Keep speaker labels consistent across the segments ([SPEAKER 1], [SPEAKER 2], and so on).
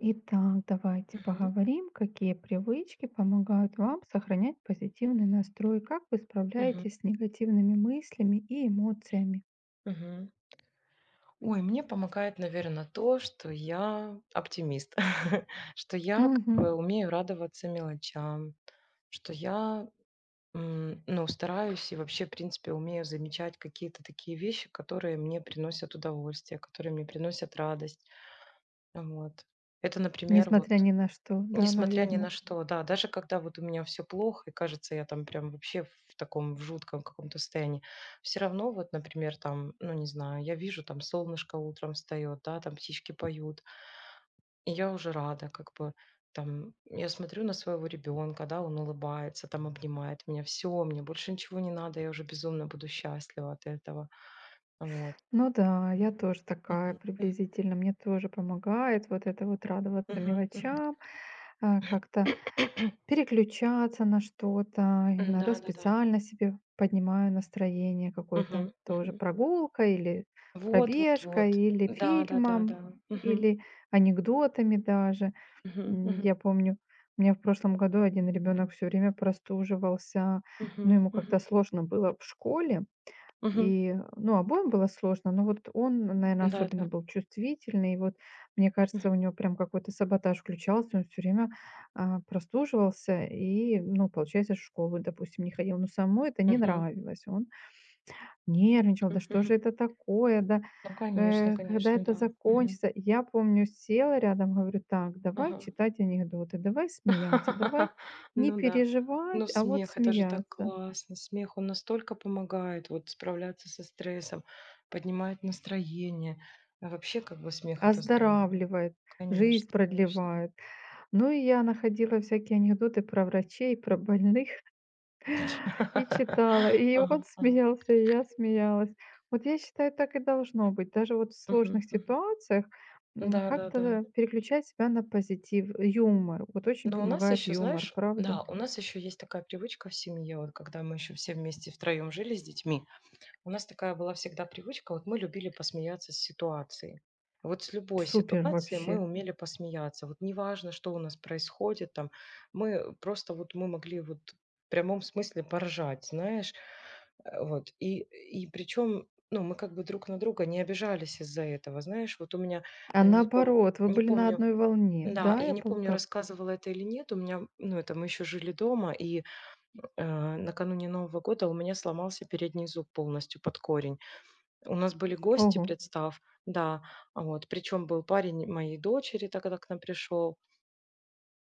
[SPEAKER 1] Итак, давайте
[SPEAKER 2] Мгм,
[SPEAKER 1] поговорим, какие привычки помогают вам сохранять позитивный настрой, как вы
[SPEAKER 2] мгм,
[SPEAKER 1] справляетесь с негативными мыслями и эмоциями.
[SPEAKER 2] мгм. Ой, мне помогает, наверное, то, что я оптимист, что я как
[SPEAKER 1] Мгм.
[SPEAKER 2] бы умею радоваться мелочам, что я, ну, стараюсь и вообще, в принципе, умею замечать какие-то такие вещи, которые мне приносят удовольствие, которые мне приносят радость. Вот. Это, например, вот
[SPEAKER 1] Несмотря ни на что, да,
[SPEAKER 2] несмотря ни на
[SPEAKER 1] наверное.
[SPEAKER 2] что, да. Даже когда вот у меня все плохо и кажется, я там прям вообще в таком, в жутком каком-то состоянии, все равно вот, например, там, ну, не знаю, я вижу, там солнышко утром встает, да, там птички поют, и я уже рада как бы. Там я смотрю на своего ребенка, да, он улыбается, там обнимает меня. Все, мне больше ничего не надо, я уже безумно буду счастлива от этого. Вот.
[SPEAKER 1] Ну да, я тоже такая
[SPEAKER 2] Мгм.
[SPEAKER 1] приблизительно. Мне тоже помогает вот это вот радоваться
[SPEAKER 2] Мгм. Мгм.
[SPEAKER 1] мелочам, как-то переключаться на что-то. Иногда
[SPEAKER 2] Да-да-да.
[SPEAKER 1] специально себе поднимаю настроение, какой-то
[SPEAKER 2] Мгм.
[SPEAKER 1] тоже
[SPEAKER 2] Мгм.
[SPEAKER 1] прогулка, или
[SPEAKER 2] Вот вот
[SPEAKER 1] пробежка,
[SPEAKER 2] вот.
[SPEAKER 1] или
[SPEAKER 2] Да да да
[SPEAKER 1] фильмом,
[SPEAKER 2] да. Мгм.
[SPEAKER 1] или анекдотами даже.
[SPEAKER 2] Мгм. Мгм.
[SPEAKER 1] Я помню, у меня в прошлом году один ребенок все время простуживался, ну,
[SPEAKER 2] Мгм.
[SPEAKER 1] ему как-то
[SPEAKER 2] Мгм.
[SPEAKER 1] сложно было в школе,
[SPEAKER 2] Мгм.
[SPEAKER 1] и, ну, обоим было сложно, но вот он, наверное,
[SPEAKER 2] Да
[SPEAKER 1] особенно
[SPEAKER 2] да.
[SPEAKER 1] был чувствительный. И вот, мне
[SPEAKER 2] М.
[SPEAKER 1] кажется, у него прям какой-то саботаж включался, он все время, прослуживался и, ну, получается, в школу, допустим, не ходил. Но самому это не
[SPEAKER 2] Мгм.
[SPEAKER 1] нравилось. Он нервничал: "Да
[SPEAKER 2] Мгм.
[SPEAKER 1] что
[SPEAKER 2] Мгм.
[SPEAKER 1] же это такое? Да,
[SPEAKER 2] Ну, конечно
[SPEAKER 1] когда
[SPEAKER 2] конечно,
[SPEAKER 1] это
[SPEAKER 2] да. Мгм.
[SPEAKER 1] закончится?" Я помню, села рядом, говорю: "Так, давай
[SPEAKER 2] Ага.
[SPEAKER 1] читать анекдоты, давай смеяться, давай не
[SPEAKER 2] Ну да.
[SPEAKER 1] переживать,
[SPEAKER 2] Ну,
[SPEAKER 1] а вот
[SPEAKER 2] смех — это же так
[SPEAKER 1] смеяться.
[SPEAKER 2] классно. Смех, он настолько помогает вот справляться со стрессом, поднимает настроение. А вообще, как бы, смех — это здорово.
[SPEAKER 1] Оздоравливает,
[SPEAKER 2] Конечно
[SPEAKER 1] жизнь
[SPEAKER 2] конечно.
[SPEAKER 1] продлевает". Ну, и я находила всякие анекдоты про врачей, про больных и читала. И
[SPEAKER 2] Ага
[SPEAKER 1] он
[SPEAKER 2] ага.
[SPEAKER 1] смеялся, и я смеялась. Вот я считаю, так и должно быть. Даже вот в
[SPEAKER 2] Мгм
[SPEAKER 1] сложных
[SPEAKER 2] мгм.
[SPEAKER 1] ситуациях,
[SPEAKER 2] Да да да.
[SPEAKER 1] как-то переключать себя на позитив. Юмор. Вот очень
[SPEAKER 2] Но у нас
[SPEAKER 1] помогает
[SPEAKER 2] еще,
[SPEAKER 1] юмор,
[SPEAKER 2] знаешь,
[SPEAKER 1] правда?
[SPEAKER 2] да, у нас еще есть такая привычка в семье, вот когда мы еще все вместе втроем жили с детьми, у нас такая была всегда привычка, вот мы любили посмеяться с ситуации. Вот с любой
[SPEAKER 1] Супер
[SPEAKER 2] ситуации мы
[SPEAKER 1] вообще.
[SPEAKER 2] умели посмеяться. Вот неважно, что у нас происходит там, мы просто вот мы могли вот в прямом смысле поржать, знаешь, вот. И причем, ну, мы как бы друг на друга не обижались из-за этого, знаешь, вот у меня,
[SPEAKER 1] А
[SPEAKER 2] не помню,
[SPEAKER 1] наоборот, вы
[SPEAKER 2] не
[SPEAKER 1] были на
[SPEAKER 2] помню,
[SPEAKER 1] одной волне.
[SPEAKER 2] да,
[SPEAKER 1] Да,
[SPEAKER 2] я
[SPEAKER 1] я
[SPEAKER 2] не
[SPEAKER 1] пол
[SPEAKER 2] помню,
[SPEAKER 1] по
[SPEAKER 2] рассказывала это или нет. У меня, ну, это мы еще жили дома, и накануне Нового года у меня сломался передний зуб полностью под корень. У нас были гости,
[SPEAKER 1] ого,
[SPEAKER 2] представь, да, а вот. Причем был парень моей дочери, тогда к нам пришел.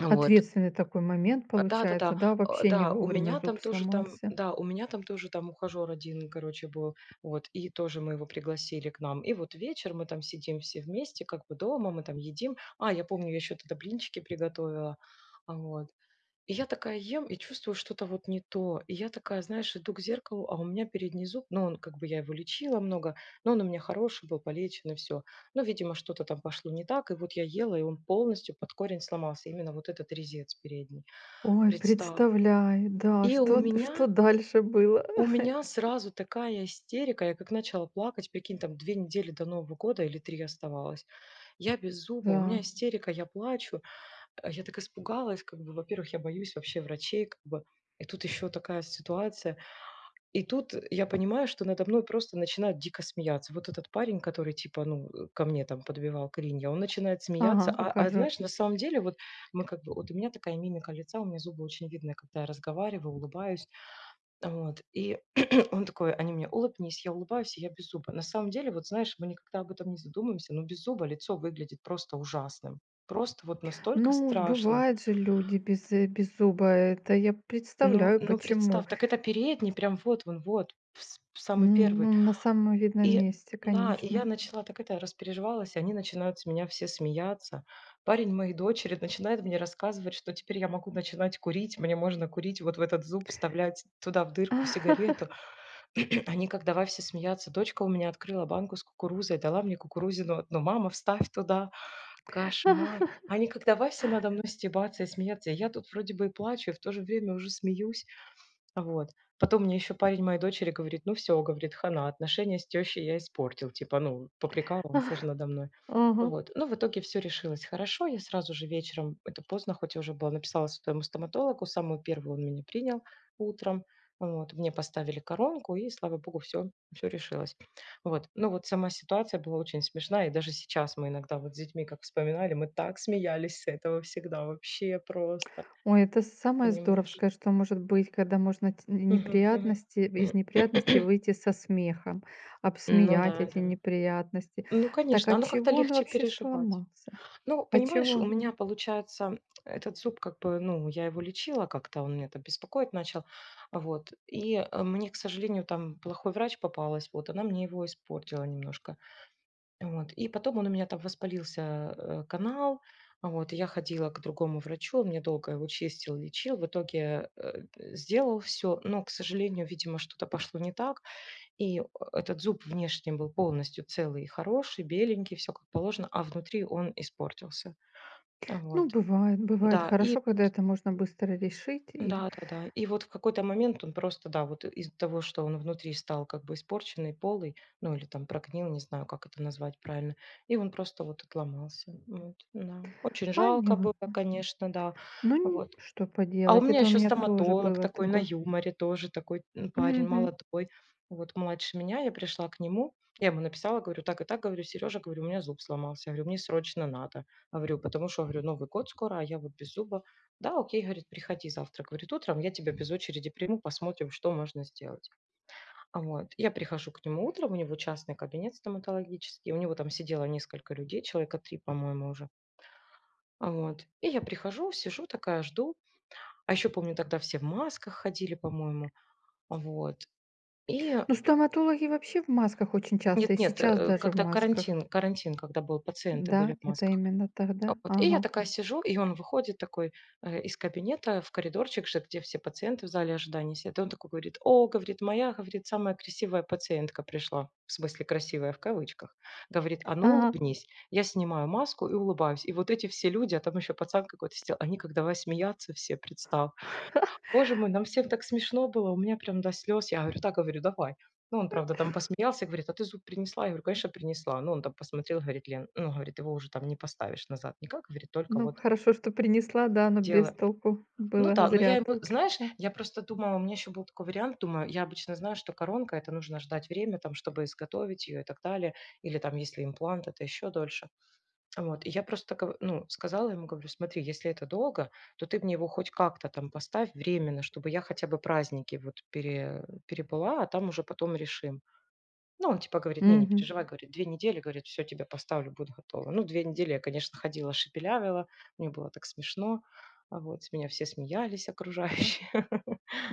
[SPEAKER 2] Вот.
[SPEAKER 1] ответственный такой момент
[SPEAKER 2] А, да, да,
[SPEAKER 1] получается,
[SPEAKER 2] да,
[SPEAKER 1] да,
[SPEAKER 2] а,
[SPEAKER 1] вообще не
[SPEAKER 2] да, у
[SPEAKER 1] вовремя
[SPEAKER 2] меня там
[SPEAKER 1] зуб
[SPEAKER 2] тоже там,
[SPEAKER 1] сломался.
[SPEAKER 2] да, у меня там тоже там ухажер один, короче, был, вот, и тоже мы его пригласили к нам. И вот вечер мы там сидим все вместе, как бы дома, мы там едим. А, я помню, я еще тогда блинчики приготовила. А вот. И я такая ем и чувствую что-то вот не то. И я такая, знаешь, иду к зеркалу, а у меня передний зуб, ну, он как бы я его лечила много, но он у меня хороший был, полечен и все. Но, видимо, что-то там пошло не так, и вот я ела, и он полностью под корень сломался, именно вот этот резец передний,
[SPEAKER 1] Ой,
[SPEAKER 2] представь.
[SPEAKER 1] представляю, да,
[SPEAKER 2] И у
[SPEAKER 1] что
[SPEAKER 2] Мгм.
[SPEAKER 1] т что
[SPEAKER 2] Меня,
[SPEAKER 1] дальше было?
[SPEAKER 2] у меня сразу такая истерика, я как начала плакать, прикинь, там две недели до Нового года или три оставалось, я без зуба, у меня
[SPEAKER 1] Да.
[SPEAKER 2] истерика, я плачу. А я так испугалась, как бы, во-первых, я боюсь вообще врачей, как бы, и тут еще такая ситуация. И тут я понимаю, что надо мной просто начинают дико смеяться. Вот этот парень, который типа, ну, ко мне там подбивал клинья, он начинает
[SPEAKER 1] Ага,
[SPEAKER 2] смеяться. А
[SPEAKER 1] ухажёр.
[SPEAKER 2] знаешь, на самом деле, вот мы как бы, вот у меня такая мимика лица, у меня зубы очень видны, когда я разговариваю, улыбаюсь. Вот. И он такой, они мне, улыбнись, я улыбаюсь, и я без зуба. На самом деле, вот знаешь, мы никогда об этом не задумываемся, но без зуба лицо выглядит просто ужасным. Просто вот настолько
[SPEAKER 1] Ну,
[SPEAKER 2] страшным.
[SPEAKER 1] бывают же люди без без зуба. Это я представляю,
[SPEAKER 2] Но
[SPEAKER 1] почему.
[SPEAKER 2] представь, так это передний, прям вот он, вот, вс
[SPEAKER 1] Н
[SPEAKER 2] самый первый.
[SPEAKER 1] ну, на самом видном
[SPEAKER 2] И
[SPEAKER 1] месте,
[SPEAKER 2] да, и
[SPEAKER 1] конечно.
[SPEAKER 2] я начала так это распереживалась, и они начинают с меня все смеяться. Парень моей дочери начинает мне рассказывать, что теперь я могу начинать курить, мне можно курить вот в этот зуб, вставлять туда в дырку сигарету. Они как давай все смеяться. Дочка у меня открыла банку с кукурузой, дала мне кукурузину одну: "Мама, вставь туда". Кошмар. Они как давай все надо мной стебаться и смеяться. Я тут вроде бы и плачу, и в то же время уже смеюсь. Вот. Потом мне еще парень моей дочери говорит: "Ну все, говорит, — хана, отношения с тещей я испортил". Типа, ну, поприкалывался же надо мной.
[SPEAKER 1] Ага.
[SPEAKER 2] Вот. Ну, в итоге все решилось хорошо. Я сразу же вечером, это поздно, хоть и уже было, написала своему стоматологу. Самую первую он меня принял утром. Вот. Мне поставили коронку, и, слава богу, все, все решилось. Вот. Ну, вот сама ситуация была очень смешная. И даже сейчас мы иногда вот с детьми как вспоминали, мы так смеялись с этого всегда, вообще просто,
[SPEAKER 1] Ой, это самое
[SPEAKER 2] понимаешь?
[SPEAKER 1] здоровское, что может быть, когда можно ть
[SPEAKER 2] Мгм, мгм.
[SPEAKER 1] неприятности из неприятностей выйти со смехом,
[SPEAKER 2] Ну
[SPEAKER 1] обсмеять
[SPEAKER 2] да,
[SPEAKER 1] эти
[SPEAKER 2] да.
[SPEAKER 1] неприятности.
[SPEAKER 2] Ну,
[SPEAKER 1] Так
[SPEAKER 2] конечно,
[SPEAKER 1] от
[SPEAKER 2] оно как-то
[SPEAKER 1] чего он
[SPEAKER 2] легче
[SPEAKER 1] вообще
[SPEAKER 2] переживать.
[SPEAKER 1] сломался?
[SPEAKER 2] Ну,
[SPEAKER 1] От чего
[SPEAKER 2] понимаешь, у
[SPEAKER 1] он?
[SPEAKER 2] меня получается этот зуб как бы, ну, я его лечила как-то, он меня там беспокоить начал, вот. И мне, к сожалению, там плохой врач попалась, вот, она мне его испортила немножко, вот. И потом он у меня там воспалился канал, а вот, и я ходила к другому врачу, он мне долго его чистил, лечил, в итоге сделал все, но, к сожалению, видимо, что-то пошло не так, и этот зуб внешне был полностью целый и хороший, беленький, все как положено, а внутри он испортился.
[SPEAKER 1] Ну,
[SPEAKER 2] Вот.
[SPEAKER 1] бывает, бывает
[SPEAKER 2] Да, и
[SPEAKER 1] хорошо, когда это можно быстро решить, и
[SPEAKER 2] да-да-да. И вот в какой-то момент он просто, да, вот из-за того, что он внутри стал как бы испорченный, полый, ну, или там прогнил, не знаю, как это назвать правильно, и он просто вот отломался. Вот, да. Очень жалко
[SPEAKER 1] понятно.
[SPEAKER 2] было, конечно, да.
[SPEAKER 1] Ну,
[SPEAKER 2] Вот.
[SPEAKER 1] что
[SPEAKER 2] А у
[SPEAKER 1] поделать,
[SPEAKER 2] меня
[SPEAKER 1] это у
[SPEAKER 2] еще
[SPEAKER 1] меня тоже
[SPEAKER 2] стоматолог
[SPEAKER 1] было
[SPEAKER 2] такой на
[SPEAKER 1] такое.
[SPEAKER 2] юморе, тоже такой, парень
[SPEAKER 1] Мгм.
[SPEAKER 2] молодой, вот младше меня. Я пришла к нему, я ему написала, говорю: "Так и так, — говорю, — Сережа, — говорю, — у меня зуб сломался, — говорю, — мне срочно надо, — говорю, — потому что, — говорю, — Новый год скоро, а я вот без зуба". "Да, окей, — говорит, — приходи завтра, — говорит, — утром, я тебя без очереди приму, посмотрим, что можно сделать". А вот я прихожу к нему утром, у него частный кабинет стоматологический, у него там сидело несколько людей, человека 3, по-моему, уже. А вот и я прихожу, сижу такая, жду. А еще помню, тогда все в масках ходили, по-моему. Вот. И
[SPEAKER 1] Ну, стоматологи вообще в масках очень часто, и
[SPEAKER 2] нет-нет,
[SPEAKER 1] сейчас даже в
[SPEAKER 2] когда
[SPEAKER 1] масках.
[SPEAKER 2] карантин, когда был, пациенты были
[SPEAKER 1] Да,
[SPEAKER 2] в
[SPEAKER 1] это
[SPEAKER 2] масках.
[SPEAKER 1] именно
[SPEAKER 2] А
[SPEAKER 1] тогда.
[SPEAKER 2] вот. И я
[SPEAKER 1] Ага.
[SPEAKER 2] такая сижу, и он выходит такой, из кабинета в коридорчик же, где все пациенты в зале ожидания сидят. И он такой говорит: "О, говорит, моя, говорит, самая красивая пациентка пришла". В смысле, красивая в кавычках. Говорит: "А ну
[SPEAKER 1] Ага.
[SPEAKER 2] улыбнись". Я снимаю маску и улыбаюсь. И вот эти все люди, а там еще пацан какой-то сидел, они как давай смеяться все, представь. Боже мой, нам всем так смешно было, у меня прям до слез. Я говорю: так говорю, "давай". Ну, он, правда, там посмеялся, говорит: "А ты зуб принесла?" Я говорю: "Конечно, принесла". Ну, он там посмотрел, говорит: "Лен, ну, говорит, его уже там не поставишь назад никак". Говорит: "Только
[SPEAKER 1] Ну,
[SPEAKER 2] вот
[SPEAKER 1] хорошо, что принесла, да, но без
[SPEAKER 2] дело".
[SPEAKER 1] толку
[SPEAKER 2] Ну
[SPEAKER 1] было,
[SPEAKER 2] да, но я
[SPEAKER 1] зря
[SPEAKER 2] ему,
[SPEAKER 1] только.
[SPEAKER 2] знаешь,
[SPEAKER 1] Да.
[SPEAKER 2] я просто думала, у меня еще был такой вариант, думаю, я обычно знаю, что коронка — это нужно ждать время, там, чтобы изготовить ее и так далее, или там, если имплант, это еще дольше. Вот, и я просто, ну, сказала ему, говорю, смотри, если это долго, то ты мне его хоть как-то там поставь временно, чтобы я хотя бы праздники вот перебыла, а там уже потом решим. Ну, он типа говорит, не, не
[SPEAKER 1] Мгм.
[SPEAKER 2] переживай, говорит, две недели, говорит, все тебе поставлю, будет готово. Ну, две недели я, конечно, ходила, шепелявила, мне было так смешно, а вот, с меня все смеялись окружающие.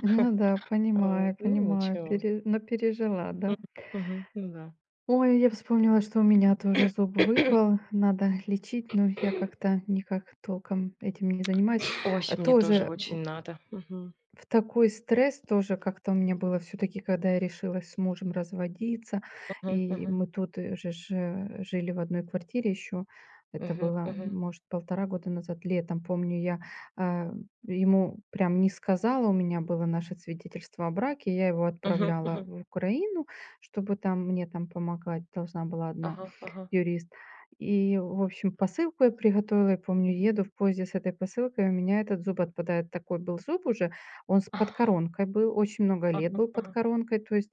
[SPEAKER 1] Ну да,
[SPEAKER 2] Вот,
[SPEAKER 1] понимаю,
[SPEAKER 2] ну,
[SPEAKER 1] понимаю,
[SPEAKER 2] ничего.
[SPEAKER 1] но пережила,
[SPEAKER 2] М,
[SPEAKER 1] да.
[SPEAKER 2] мгм, ну, да.
[SPEAKER 1] Ой, я вспомнила, что у меня тоже зуб выпал, надо лечить, но я как-то никак толком этим не занимаюсь.
[SPEAKER 2] Ой, мне тоже
[SPEAKER 1] Тоже
[SPEAKER 2] очень надо. Мгм,
[SPEAKER 1] в такой стресс тоже как-то у меня было, все таки, когда я решилась с мужем разводиться,
[SPEAKER 2] мгм,
[SPEAKER 1] и
[SPEAKER 2] мгм,
[SPEAKER 1] мы тут, же ж, жили в одной квартире еще. Это
[SPEAKER 2] мгм,
[SPEAKER 1] было,
[SPEAKER 2] мгм,
[SPEAKER 1] может, 1,5 года назад, летом. Помню, я, а, ему прям не сказала, у меня было наше свидетельство о браке, я его
[SPEAKER 2] мгм,
[SPEAKER 1] отправляла
[SPEAKER 2] мгм.
[SPEAKER 1] в Украину, чтобы там мне там помогать должна была одна.
[SPEAKER 2] Ага, ага.
[SPEAKER 1] Юрист. И, в общем, посылку я приготовила. Я помню, еду в поезде с этой посылкой, у меня этот зуб отпадает. Такой был зуб уже, он с подкоронкой был, очень много лет
[SPEAKER 2] Ага,
[SPEAKER 1] был под
[SPEAKER 2] ага.
[SPEAKER 1] коронкой. То есть,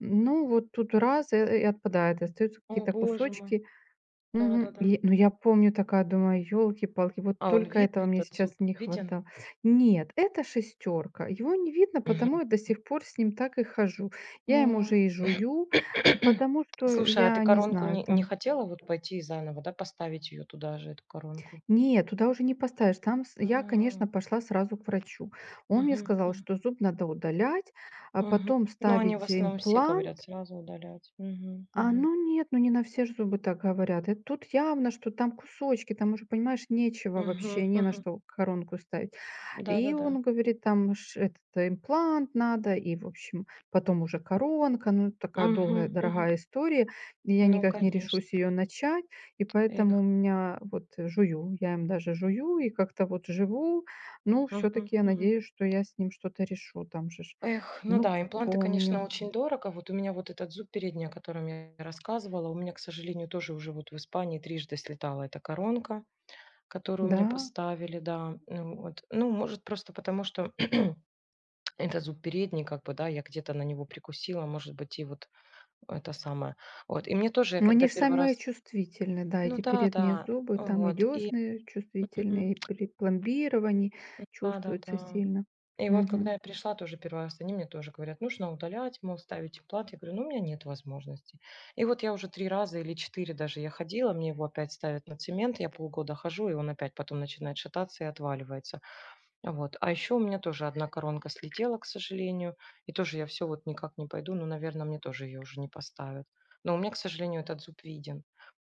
[SPEAKER 1] ну, вот тут раз, и отпадает, остаются
[SPEAKER 2] О,
[SPEAKER 1] какие-то
[SPEAKER 2] боже мой.
[SPEAKER 1] кусочки. Мгм.
[SPEAKER 2] Да-да-да.
[SPEAKER 1] И, ну, я помню, такая думаю, елки палки, вот
[SPEAKER 2] А он
[SPEAKER 1] только этого
[SPEAKER 2] видный,
[SPEAKER 1] мне
[SPEAKER 2] этот
[SPEAKER 1] сейчас
[SPEAKER 2] зуб?
[SPEAKER 1] не
[SPEAKER 2] Виден?
[SPEAKER 1] хватало. Нет, это шестерка. Его не видно, потому
[SPEAKER 2] Мгм.
[SPEAKER 1] я до сих пор с ним так и хожу. Я им уже
[SPEAKER 2] Ой.
[SPEAKER 1] и жую, потому что
[SPEAKER 2] Слушай, а ты
[SPEAKER 1] я не
[SPEAKER 2] коронку
[SPEAKER 1] знаю,
[SPEAKER 2] не
[SPEAKER 1] там.
[SPEAKER 2] хотела вот пойти и заново, да, поставить ее туда же, эту коронку?
[SPEAKER 1] Нет, туда уже не поставишь. Там с я, конечно,
[SPEAKER 2] М.
[SPEAKER 1] пошла сразу к врачу. Он мне
[SPEAKER 2] Мгм,
[SPEAKER 1] сказал,
[SPEAKER 2] м,
[SPEAKER 1] что зуб надо удалять, а
[SPEAKER 2] мгм.
[SPEAKER 1] потом
[SPEAKER 2] Ну, они в
[SPEAKER 1] ставить
[SPEAKER 2] основном все
[SPEAKER 1] имплант.
[SPEAKER 2] говорят сразу удалять. Мгм, мгм.
[SPEAKER 1] Ну нет, ну не на все ж зубы так говорят. И тут явно, что там кусочки, там уже, понимаешь, нечего вообще,
[SPEAKER 2] Мгм,
[SPEAKER 1] не на
[SPEAKER 2] мгм.
[SPEAKER 1] что коронку ставить. И
[SPEAKER 2] Да-да-да.
[SPEAKER 1] он говорит, там ш этот имплант надо, и, в общем, потом уже коронка. Ну, такая
[SPEAKER 2] Мгм,
[SPEAKER 1] долгая,
[SPEAKER 2] мгм.
[SPEAKER 1] дорогая история. И я
[SPEAKER 2] Ну,
[SPEAKER 1] никак не
[SPEAKER 2] конечно,
[SPEAKER 1] решусь
[SPEAKER 2] да.
[SPEAKER 1] ее начать. И
[SPEAKER 2] Эх.
[SPEAKER 1] поэтому у меня вот жую, я им даже жую и как-то вот живу. Ну, все
[SPEAKER 2] Мгм,
[SPEAKER 1] таки я
[SPEAKER 2] мгм.
[SPEAKER 1] надеюсь, что я с ним что-то решу. Там же ж,
[SPEAKER 2] Эх, ну
[SPEAKER 1] ну,
[SPEAKER 2] да, импланты, конечно,
[SPEAKER 1] помню,
[SPEAKER 2] очень дорого. Вот у меня вот этот зуб передний, о котором я рассказывала, у меня, к сожалению, тоже уже вот в Испании трижды слетала эта коронка, которую мне
[SPEAKER 1] да.
[SPEAKER 2] поставили, да. Ну, вот. Ну может, просто потому, что это зуб передний, как бы, да, я где-то на него прикусила, может быть, и вот это самое. Вот. И мне тоже, я
[SPEAKER 1] Но
[SPEAKER 2] когда
[SPEAKER 1] они же
[SPEAKER 2] первый
[SPEAKER 1] самые
[SPEAKER 2] раз...
[SPEAKER 1] чувствительные, да,
[SPEAKER 2] Ну
[SPEAKER 1] эти
[SPEAKER 2] да,
[SPEAKER 1] передние
[SPEAKER 2] да,
[SPEAKER 1] зубы, там и
[SPEAKER 2] вот. И
[SPEAKER 1] дёсны чувствительные, и при пломбировании чувствуются
[SPEAKER 2] да-да-да.
[SPEAKER 1] сильно.
[SPEAKER 2] И вот когда я
[SPEAKER 1] Мгм.
[SPEAKER 2] пришла тоже 1 раз, они мне тоже говорят: "Нужно удалять, мол, ставить имплант". Я говорю: "Ну, у меня нет возможности". И вот я уже 3 раза или 4 даже я ходила, мне его опять ставят на цемент, я полгода хожу, и он опять потом начинает шататься и отваливается. Вот. А еще у меня тоже одна коронка слетела, к сожалению, и тоже я все вот никак не пойду, ну, наверное, мне тоже ее уже не поставят. Но у меня, к сожалению, этот зуб виден.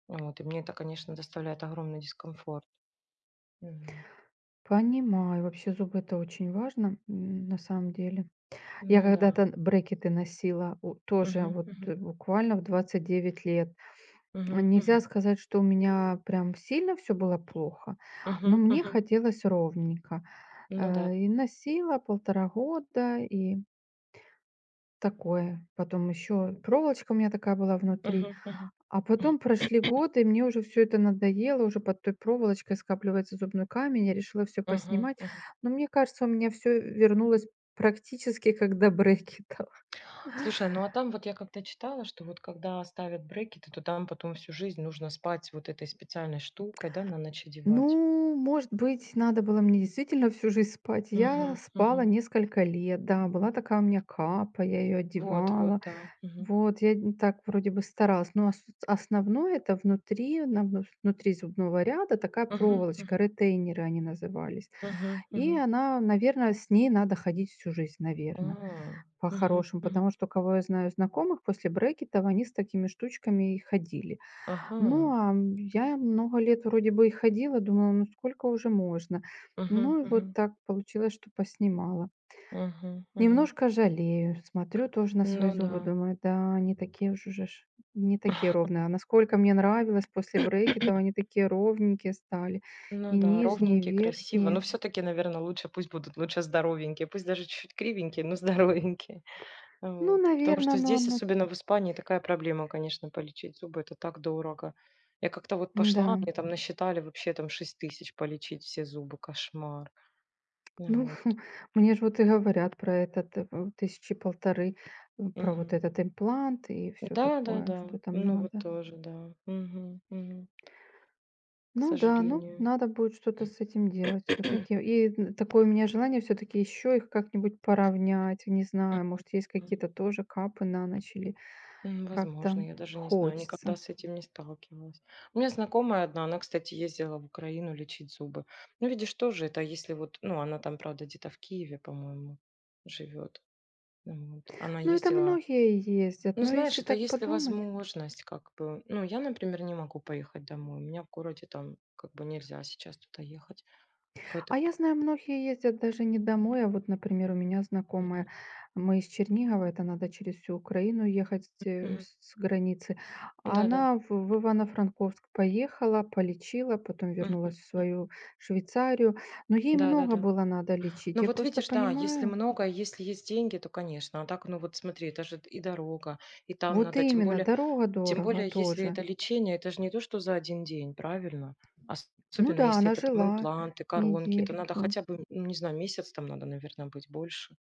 [SPEAKER 2] Вот. И мне это, конечно, доставляет огромный дискомфорт. М.
[SPEAKER 1] Понимаю, вообще зубы — это очень важно, на самом деле. Я
[SPEAKER 2] Ну да.
[SPEAKER 1] когда-то брекеты носила, у тоже
[SPEAKER 2] Мгм,
[SPEAKER 1] вот,
[SPEAKER 2] мгм.
[SPEAKER 1] буквально в 29 лет.
[SPEAKER 2] Мгм,
[SPEAKER 1] Нельзя
[SPEAKER 2] мгм.
[SPEAKER 1] сказать, что у меня прям сильно все было плохо, но
[SPEAKER 2] Мгм,
[SPEAKER 1] мне
[SPEAKER 2] мгм.
[SPEAKER 1] хотелось ровненько.
[SPEAKER 2] Ну да.
[SPEAKER 1] И носила 1,5 года, и такое. Потом еще проволочка у меня такая была внутри.
[SPEAKER 2] Мгм, мгм,
[SPEAKER 1] А потом прошли годы, и мне уже все это надоело, уже под той проволочкой скапливается зубной камень. Я решила все
[SPEAKER 2] мгм,
[SPEAKER 1] поснимать.
[SPEAKER 2] мгм.
[SPEAKER 1] Но мне кажется, у меня все вернулось практически как до брекетов.
[SPEAKER 2] Слушай, ну а там вот я как-то читала, что вот когда ставят брекеты, то там потом всю жизнь нужно спать вот этой специальной штукой, да, на ночь одевать.
[SPEAKER 1] Ну, может быть, надо было мне действительно всю жизнь спать. Я
[SPEAKER 2] Мгм, мгм.
[SPEAKER 1] спала несколько лет, да, была такая у меня капа, я ее
[SPEAKER 2] Вот, вот,
[SPEAKER 1] одевала.
[SPEAKER 2] да. Мгм.
[SPEAKER 1] Вот, я н так вроде бы старалась. Но ос основное — это внутри, на внут внутри зубного ряда такая
[SPEAKER 2] Мгм,
[SPEAKER 1] проволочка,
[SPEAKER 2] мгм,
[SPEAKER 1] ретейнеры они назывались.
[SPEAKER 2] мгм,
[SPEAKER 1] И
[SPEAKER 2] мгм.
[SPEAKER 1] она, наверное, с ней надо ходить всю жизнь,
[SPEAKER 2] А,
[SPEAKER 1] наверное,
[SPEAKER 2] мгм,
[SPEAKER 1] по-хорошему,
[SPEAKER 2] мгм.
[SPEAKER 1] потому что, кого я знаю знакомых, после брекетов они с такими штучками и ходили.
[SPEAKER 2] Ага.
[SPEAKER 1] Ну, я много лет вроде бы и ходила, думала, ну сколько уже можно?
[SPEAKER 2] Мгм,
[SPEAKER 1] Ну и вот
[SPEAKER 2] мгм,
[SPEAKER 1] так получилось, что поснимала.
[SPEAKER 2] мгм, мгм.
[SPEAKER 1] Немножко жалею, смотрю тоже на
[SPEAKER 2] Ну
[SPEAKER 1] свои зубы,
[SPEAKER 2] да.
[SPEAKER 1] думаю, да, не такие уж уже же ж, не такие ровные. А насколько мне нравилось после брекетов, они такие ровненькие стали,
[SPEAKER 2] Ну
[SPEAKER 1] и
[SPEAKER 2] да,
[SPEAKER 1] нижние, и
[SPEAKER 2] ровненькие, красиво. Но
[SPEAKER 1] верхние.
[SPEAKER 2] все-таки, наверное, лучше пусть будут лучше здоровенькие, пусть даже чуть-чуть кривенькие, но здоровенькие.
[SPEAKER 1] Ну,
[SPEAKER 2] Вот. Потому
[SPEAKER 1] наверное,
[SPEAKER 2] что
[SPEAKER 1] но
[SPEAKER 2] здесь,
[SPEAKER 1] оно
[SPEAKER 2] особенно в Испании, такая проблема, конечно, полечить зубы. Это так дорого. Я как-то вот пошла,
[SPEAKER 1] да.
[SPEAKER 2] мне там насчитали вообще там 6 тысяч полечить все зубы. Кошмар.
[SPEAKER 1] Ну,
[SPEAKER 2] Ну вот.
[SPEAKER 1] мне же вот и говорят про этот, в 1500, про
[SPEAKER 2] Мгм.
[SPEAKER 1] вот этот имплант и все
[SPEAKER 2] Да, да,
[SPEAKER 1] такое,
[SPEAKER 2] да.
[SPEAKER 1] что там
[SPEAKER 2] Ну вот
[SPEAKER 1] надо.
[SPEAKER 2] тоже, да. Мгм, мгм. К
[SPEAKER 1] Ну да, ну,
[SPEAKER 2] сожалению.
[SPEAKER 1] надо будет что-то с этим делать все таки. И н такое у меня желание все таки еще их как-нибудь поравнять. Не знаю,
[SPEAKER 2] Мгм,
[SPEAKER 1] может, есть
[SPEAKER 2] мгм.
[SPEAKER 1] какие-то тоже капы на ночь, или
[SPEAKER 2] Возможно,
[SPEAKER 1] как-то
[SPEAKER 2] я даже не знаю, никогда
[SPEAKER 1] хочется.
[SPEAKER 2] с этим не сталкивалась. У меня знакомая одна, она, кстати, ездила в Украину лечить зубы. Ну, видишь, тоже это, а если вот, ну, она там, правда, где-то в Киеве, по-моему, живет. Вот. Она
[SPEAKER 1] Ну, это
[SPEAKER 2] ездила.
[SPEAKER 1] многие ездят,
[SPEAKER 2] Ну,
[SPEAKER 1] но
[SPEAKER 2] знаешь,
[SPEAKER 1] если
[SPEAKER 2] это
[SPEAKER 1] так
[SPEAKER 2] если
[SPEAKER 1] подумать.
[SPEAKER 2] возможность, как бы. Ну, я, например, не могу поехать домой. У меня в городе там как бы нельзя сейчас туда ехать. Поэтому.
[SPEAKER 1] А я знаю, многие ездят даже не домой, а вот, например, у меня
[SPEAKER 2] Мгм.
[SPEAKER 1] знакомая, мы из Чернигова, это надо через всю Украину ехать
[SPEAKER 2] Мгм.
[SPEAKER 1] с границы. А
[SPEAKER 2] Да-да.
[SPEAKER 1] она в Ивано-Франковск поехала, полечила, потом
[SPEAKER 2] Мгм.
[SPEAKER 1] вернулась в
[SPEAKER 2] М.
[SPEAKER 1] свою Швейцарию. Но ей много
[SPEAKER 2] Да-да-да.
[SPEAKER 1] было надо лечить,
[SPEAKER 2] Ну
[SPEAKER 1] я
[SPEAKER 2] вот
[SPEAKER 1] просто
[SPEAKER 2] видишь, да, если
[SPEAKER 1] понимаю.
[SPEAKER 2] много, если есть деньги, то, конечно. А так, ну вот смотри, это же и дорога, и там
[SPEAKER 1] Вот
[SPEAKER 2] надо,
[SPEAKER 1] именно, дорога
[SPEAKER 2] тем
[SPEAKER 1] дорого
[SPEAKER 2] более, если
[SPEAKER 1] тоже.
[SPEAKER 2] это лечение, это же не то, что за один день, правильно?
[SPEAKER 1] Ну
[SPEAKER 2] Особенно
[SPEAKER 1] да,
[SPEAKER 2] если
[SPEAKER 1] она
[SPEAKER 2] это там
[SPEAKER 1] жила
[SPEAKER 2] импланты, коронки, это надо
[SPEAKER 1] недельку.
[SPEAKER 2] хотя бы, ну, не знаю, месяц там надо, наверное, быть больше.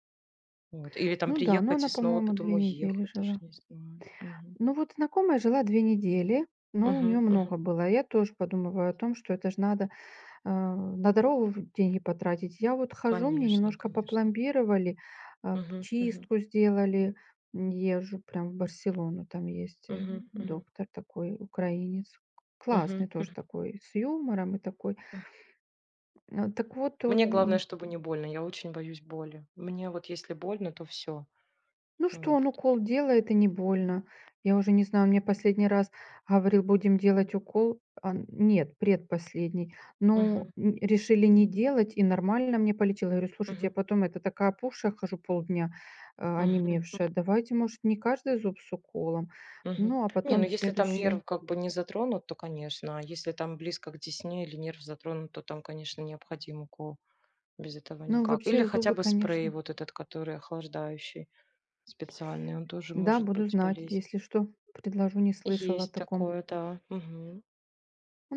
[SPEAKER 2] Вот. Или там
[SPEAKER 1] Ну да, но
[SPEAKER 2] приехать
[SPEAKER 1] она,
[SPEAKER 2] и снова
[SPEAKER 1] по-моему,
[SPEAKER 2] потом
[SPEAKER 1] 2 недели
[SPEAKER 2] уехать, даже
[SPEAKER 1] жила.
[SPEAKER 2] не знаю. Мгм.
[SPEAKER 1] Ну вот знакомая жила 2 недели, но у нее
[SPEAKER 2] Мгм, мгм.
[SPEAKER 1] много было. Я тоже подумываю о том, что это же надо, на дорогу деньги потратить. Я вот хожу, мне
[SPEAKER 2] Конечно,
[SPEAKER 1] немножко
[SPEAKER 2] конечно.
[SPEAKER 1] попломбировали,
[SPEAKER 2] Мгм, мгм,
[SPEAKER 1] чистку сделали. Езжу прям в Барселону, там есть,
[SPEAKER 2] мгм, мгм,
[SPEAKER 1] доктор такой украинец.
[SPEAKER 2] мгм,
[SPEAKER 1] Классный тоже
[SPEAKER 2] мгм,
[SPEAKER 1] такой, с юмором и такой.
[SPEAKER 2] мгм.
[SPEAKER 1] Так вот
[SPEAKER 2] Мне главное,
[SPEAKER 1] он.
[SPEAKER 2] чтобы не больно. Я очень боюсь боли. Мне вот если больно, то все.
[SPEAKER 1] Ну, что
[SPEAKER 2] Вот.
[SPEAKER 1] он укол делает и не больно. Я уже не знаю, он мне последний раз говорил: "Будем делать укол". Нет, предпоследний. Ну,
[SPEAKER 2] Мгм,
[SPEAKER 1] н решили не делать, и нормально мне полетело. Я говорю: "Слушайте,
[SPEAKER 2] мгм,
[SPEAKER 1] я потом это такая опухшая хожу полдня,
[SPEAKER 2] мгм, мгм,
[SPEAKER 1] онемевшая. Давайте, может, не каждый зуб с уколом".
[SPEAKER 2] мгм.
[SPEAKER 1] Ну, а
[SPEAKER 2] Не, ну
[SPEAKER 1] потом
[SPEAKER 2] если там нерв
[SPEAKER 1] следующий.
[SPEAKER 2] как бы не затронут, то конечно. А если там близко к десне или нерв затронут, то там, конечно, необходим укол. Без этого
[SPEAKER 1] Ну,
[SPEAKER 2] никак. Или
[SPEAKER 1] вообще
[SPEAKER 2] хотя
[SPEAKER 1] зубы,
[SPEAKER 2] бы спрей
[SPEAKER 1] конечно.
[SPEAKER 2] вот этот, который охлаждающий. Специальный, он тоже
[SPEAKER 1] Да,
[SPEAKER 2] может
[SPEAKER 1] буду
[SPEAKER 2] быть
[SPEAKER 1] знать.
[SPEAKER 2] полезен.
[SPEAKER 1] Если что, предложу, не слышала о
[SPEAKER 2] Есть
[SPEAKER 1] таком.
[SPEAKER 2] такое, да. Мгм.